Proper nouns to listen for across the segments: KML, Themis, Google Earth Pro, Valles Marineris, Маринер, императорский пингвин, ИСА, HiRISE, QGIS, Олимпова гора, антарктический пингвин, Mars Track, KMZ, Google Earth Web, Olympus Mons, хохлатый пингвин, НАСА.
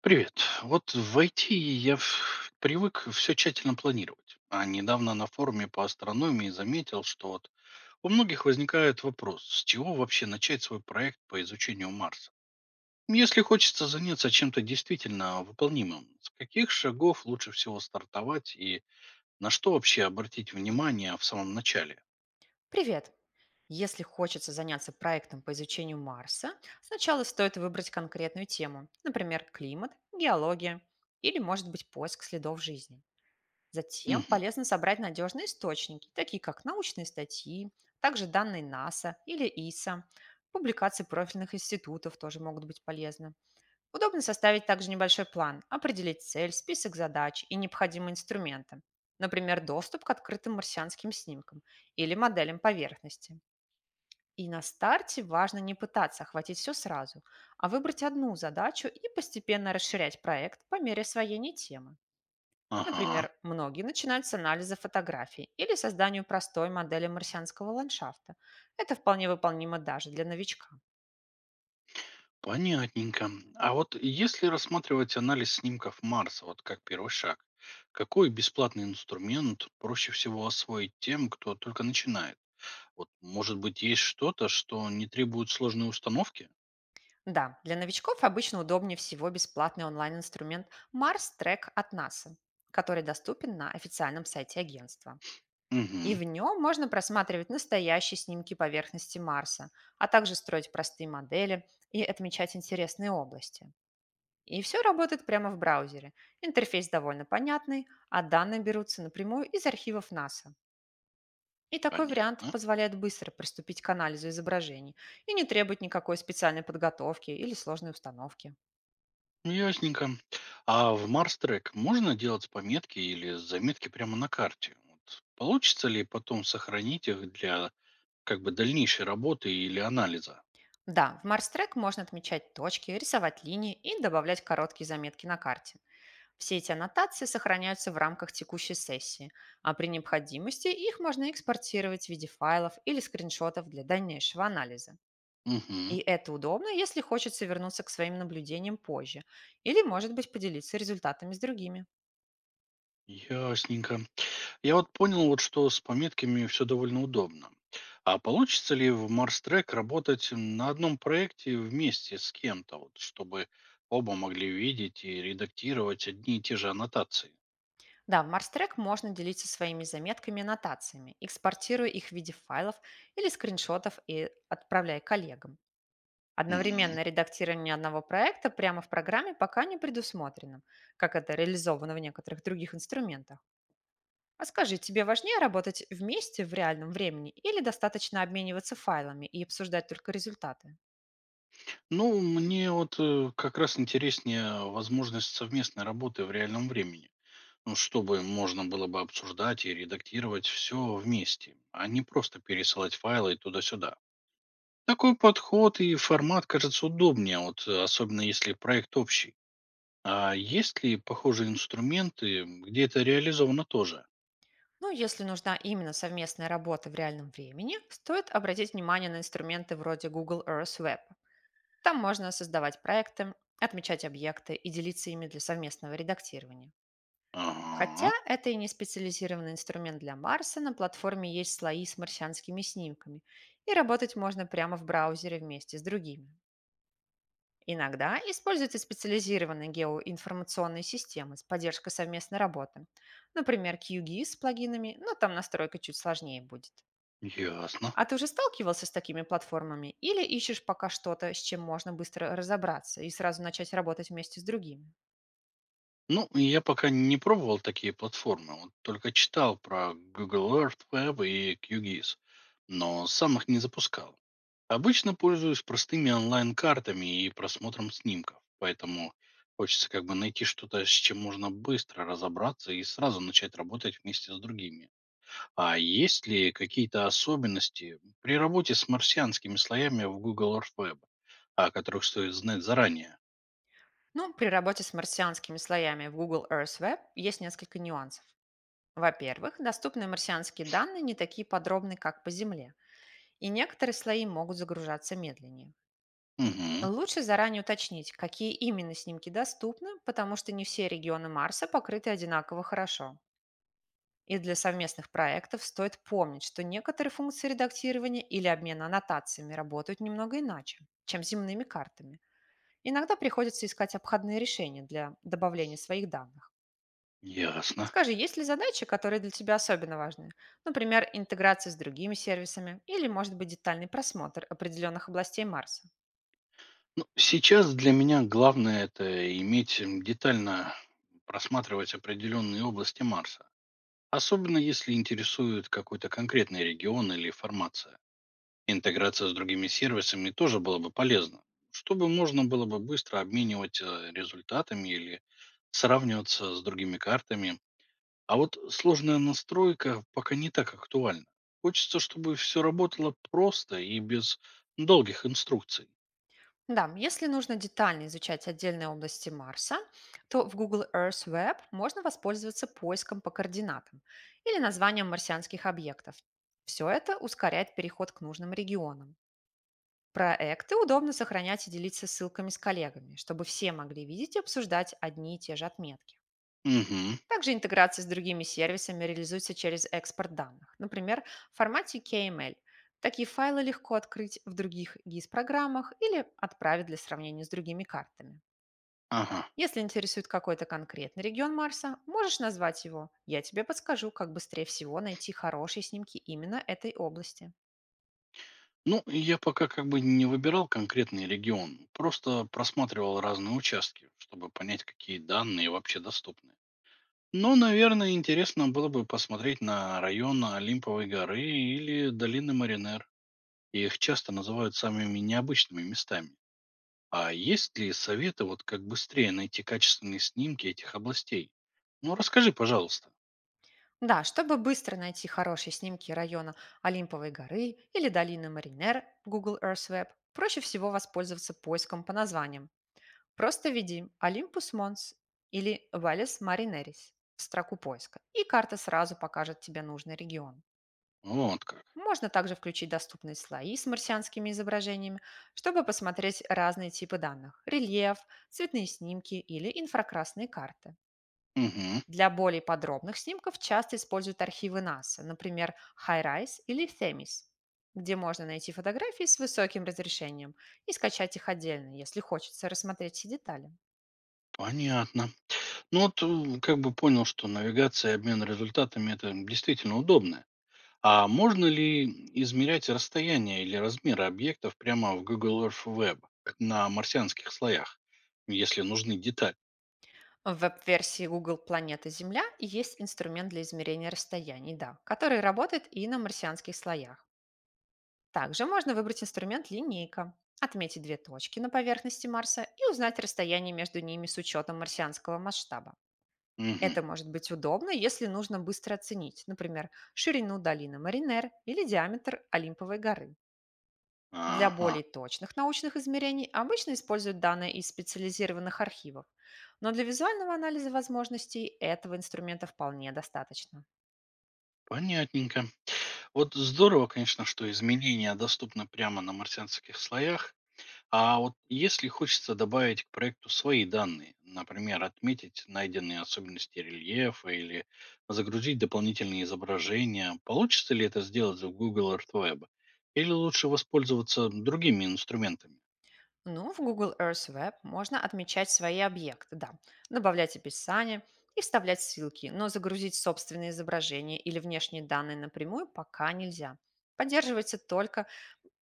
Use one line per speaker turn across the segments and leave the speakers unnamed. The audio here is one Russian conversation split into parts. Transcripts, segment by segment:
Привет. Вот в IT я привык все тщательно планировать. А недавно на форуме по астрономии заметил, что у многих возникает вопрос, с чего вообще начать свой проект по изучению Марса. Если хочется заняться чем-то действительно выполнимым, с каких шагов лучше всего стартовать и на что вообще обратить внимание в самом начале?
Привет! Если хочется заняться проектом по изучению Марса, сначала стоит выбрать конкретную тему, например, климат, геология или, может быть, поиск следов жизни. Затем
Мгм.
полезно собрать надежные источники, такие как научные статьи, также данные НАСА или ИСА. Публикации профильных институтов тоже могут быть полезны. Удобно составить также небольшой план, определить цель, список задач и необходимые инструменты. Например, доступ к открытым марсианским снимкам или моделям поверхности. И на старте важно не пытаться охватить все сразу, а выбрать одну задачу и постепенно расширять проект по мере освоения темы.
Ага.
Например, многие начинают с анализа фотографий или созданию простой модели марсианского ландшафта. Это вполне выполнимо даже для новичка.
Понятненько. А вот если рассматривать анализ снимков Марса, вот как первый шаг, какой бесплатный инструмент проще всего освоить тем, кто только начинает? Вот, может быть, есть что-то, что не требует сложной установки?
Да, для новичков обычно удобнее всего бесплатный онлайн-инструмент Mars Track от NASA, который доступен на официальном сайте агентства. И
Угу,
в нем можно просматривать настоящие снимки поверхности Марса, а также строить простые модели и отмечать интересные области. И все работает прямо в браузере. Интерфейс довольно понятный, а данные берутся напрямую из архивов НАСА. И такой вариант
понятно.
позволяет быстро приступить к анализу изображений и не требует никакой специальной подготовки или сложной установки.
Ясненько. А в Марс Трек можно делать пометки или заметки прямо на карте? Вот, получится ли потом сохранить их для как бы дальнейшей работы или анализа?
Да, в Mars Track можно отмечать точки, рисовать линии и добавлять короткие заметки на карте. Все эти аннотации сохраняются в рамках текущей сессии, а при необходимости их можно экспортировать в виде файлов или скриншотов для дальнейшего анализа.
Угу,
И это удобно, если хочется вернуться к своим наблюдениям позже или, может быть, поделиться результатами с другими.
ясненько. Я вот понял, вот, что с пометками все довольно удобно. А получится ли в Mars Track работать на одном проекте вместе с кем-то, вот, чтобы оба могли видеть и редактировать одни и те же аннотации?
Да, в Mars Track можно делиться своими заметками и аннотациями, экспортируя их в виде файлов или скриншотов и отправляя коллегам.
Мгм.
Одновременное редактирование одного проекта прямо в программе пока не предусмотрено, как это реализовано в некоторых других инструментах. А скажи, тебе важнее работать вместе в реальном времени или достаточно обмениваться файлами и обсуждать только результаты?
Ну, мне как раз интереснее возможность совместной работы в реальном времени. Ну, чтобы можно было бы обсуждать и редактировать все вместе, а не просто пересылать файлы туда-сюда. Такой подход и формат кажется удобнее, особенно если проект общий. А есть ли похожие инструменты, где это реализовано тоже?
Ну, если нужна именно совместная работа в реальном времени, стоит обратить внимание на инструменты вроде Google Earth Web. Там можно создавать проекты, отмечать объекты и делиться ими для совместного редактирования. Хотя
Ага,
это и не специализированный инструмент для Марса, на платформе есть слои с марсианскими снимками, и работать можно прямо в браузере вместе с другими. Иногда используются специализированные геоинформационные системы с поддержкой совместной работы. Например, QGIS с плагинами, но там настройка чуть сложнее будет.
ясно.
А ты уже сталкивался с такими платформами или ищешь пока что-то, с чем можно быстро разобраться и сразу начать работать вместе с другими?
Ну, я пока не пробовал такие платформы, вот только читал про Google Earth Web и QGIS, но сам их не запускал. Обычно пользуюсь простыми онлайн-картами и просмотром снимков, поэтому хочется как бы найти что-то, с чем можно быстро разобраться и сразу начать работать вместе с другими. А есть ли какие-то особенности при работе с марсианскими слоями в Google Earth Web, о которых стоит знать заранее?
Ну, при работе с марсианскими слоями в Google Earth Web есть несколько нюансов. Во-первых, доступные марсианские данные не такие подробные, как по Земле, и некоторые слои могут загружаться медленнее.
Угу,
Лучше заранее уточнить, какие именно снимки доступны, потому что не все регионы Марса покрыты одинаково хорошо. И для совместных проектов стоит помнить, что некоторые функции редактирования или обмена аннотациями работают немного иначе, чем с земными картами. Иногда приходится искать обходные решения для добавления своих данных.
ясно.
Скажи, есть ли задачи, которые для тебя особенно важны? Например, интеграция с другими сервисами или, может быть, детальный просмотр определенных областей Марса?
Ну, сейчас для меня главное это иметь детально просматривать определенные области Марса, особенно если интересует какой-то конкретный регион или формация. Интеграция с другими сервисами тоже было бы полезно, чтобы можно было бы быстро обменивать результатами или сравниваться с другими картами. А вот сложная настройка пока не так актуальна. Хочется, чтобы все работало просто и без долгих инструкций.
Да, если нужно детально изучать отдельные области Марса, то в Google Earth Web можно воспользоваться поиском по координатам или названием марсианских объектов. Все это ускоряет переход к нужным регионам. Проекты удобно сохранять и делиться ссылками с коллегами, чтобы все могли видеть и обсуждать одни и те же отметки.
Угу,
Также интеграция с другими сервисами реализуется через экспорт данных, например, в формате KML. Такие файлы легко открыть в других GIS-программах или отправить для сравнения с другими картами.
ага.
Если интересует какой-то конкретный регион Марса, можешь назвать его. Я тебе подскажу, как быстрее всего найти хорошие снимки именно этой области.
Ну, я пока как бы не выбирал конкретный регион, просто просматривал разные участки, чтобы понять, какие данные вообще доступны. Но, наверное, интересно было бы посмотреть на район Олимповой горы или долины Маринер. Их часто называют самыми необычными местами. А есть ли советы, вот как быстрее найти качественные снимки этих областей? Ну, расскажи, пожалуйста.
Да, чтобы быстро найти хорошие снимки района Олимповой горы или долины Маринер в Google Earth Web, проще всего воспользоваться поиском по названиям. Просто введи Olympus Mons или Valles Marineris в строку поиска, и карта сразу покажет тебе нужный регион.
Вот как.
Можно также включить доступные слои с марсианскими изображениями, чтобы посмотреть разные типы данных — рельеф, цветные снимки или инфракрасные карты.
Угу,
Для более подробных снимков часто используют архивы НАСА, например, HiRISE или Themis, где можно найти фотографии с высоким разрешением и скачать их отдельно, если хочется рассмотреть все детали.
понятно. Как бы понял, что навигация и обмен результатами это действительно удобно. А можно ли измерять расстояние или размеры объектов прямо в Google Earth Web на марсианских слоях, если нужны детали?
В веб-версии Google «Планета Земля» есть инструмент для измерения расстояний, да, который работает и на марсианских слоях. Также можно выбрать инструмент «Линейка», отметить две точки на поверхности Марса и узнать расстояние между ними с учетом марсианского масштаба. Это
Угу.
может быть удобно, если нужно быстро оценить, например, ширину долины Маринер или диаметр Олимповой горы. Для
Ага,
более точных научных измерений обычно используют данные из специализированных архивов, но для визуального анализа возможностей этого инструмента вполне достаточно.
понятненько. Вот здорово, конечно, что изменения доступны прямо на марсианских слоях. А вот если хочется добавить к проекту свои данные, например, отметить найденные особенности рельефа или загрузить дополнительные изображения, получится ли это сделать в Google Earth Web? Или лучше воспользоваться другими инструментами?
Ну, в Google Earth Web можно отмечать свои объекты, да, добавлять описание и вставлять ссылки, но загрузить собственные изображения или внешние данные напрямую пока нельзя. Поддерживается только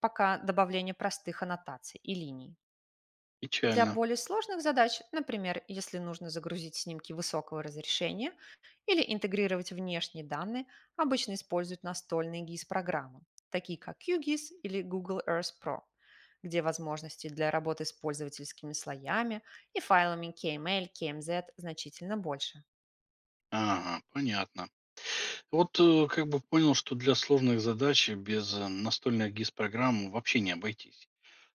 пока добавление простых аннотаций и линий. Для
Печально.
более сложных задач, например, если нужно загрузить снимки высокого разрешения или интегрировать внешние данные, обычно используют настольные GIS-программы, такие как QGIS или Google Earth Pro, где возможности для работы с пользовательскими слоями и файлами KML, KMZ значительно больше.
Ага, понятно. Как бы понял, что для сложных задач без настольных GIS-программ вообще не обойтись.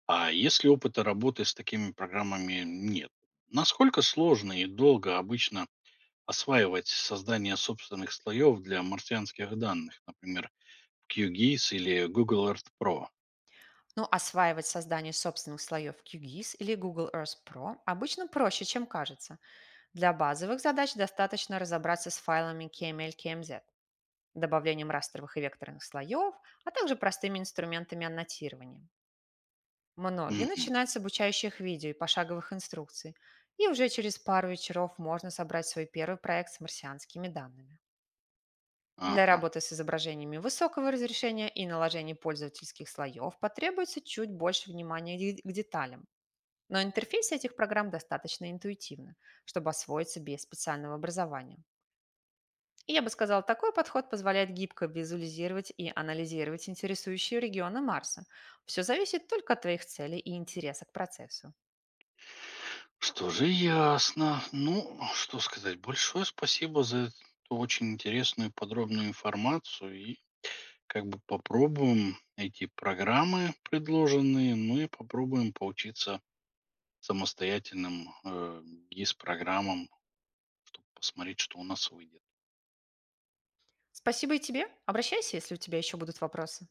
А если опыта работы с такими программами нет? Насколько сложно и долго обычно осваивать создание собственных слоев для марсианских данных, например, QGIS или Google Earth Pro.
Но осваивать создание собственных слоев QGIS или Google Earth Pro обычно проще, чем кажется. Для базовых задач достаточно разобраться с файлами KML, KMZ, добавлением растровых и векторных слоев, а также простыми инструментами аннотирования. Многие
Мгм.
начинают с обучающих видео и пошаговых инструкций, и уже через пару вечеров можно собрать свой первый проект с марсианскими данными. Для
Ага.
работы с изображениями высокого разрешения и наложения пользовательских слоев потребуется чуть больше внимания к деталям, но интерфейс этих программ достаточно интуитивно, чтобы освоиться без специального образования. И я бы сказал, такой подход позволяет гибко визуализировать и анализировать интересующие регионы Марса. Все зависит только от твоих целей и интереса к процессу.
Что же ясно. Ну, что сказать, большое спасибо за эту очень интересную и подробную информацию. И как бы попробуем эти программы предложенные, ну и попробуем поучиться самостоятельным программам, чтобы посмотреть, что у нас выйдет.
Спасибо и тебе. Обращайся, если у тебя еще будут вопросы.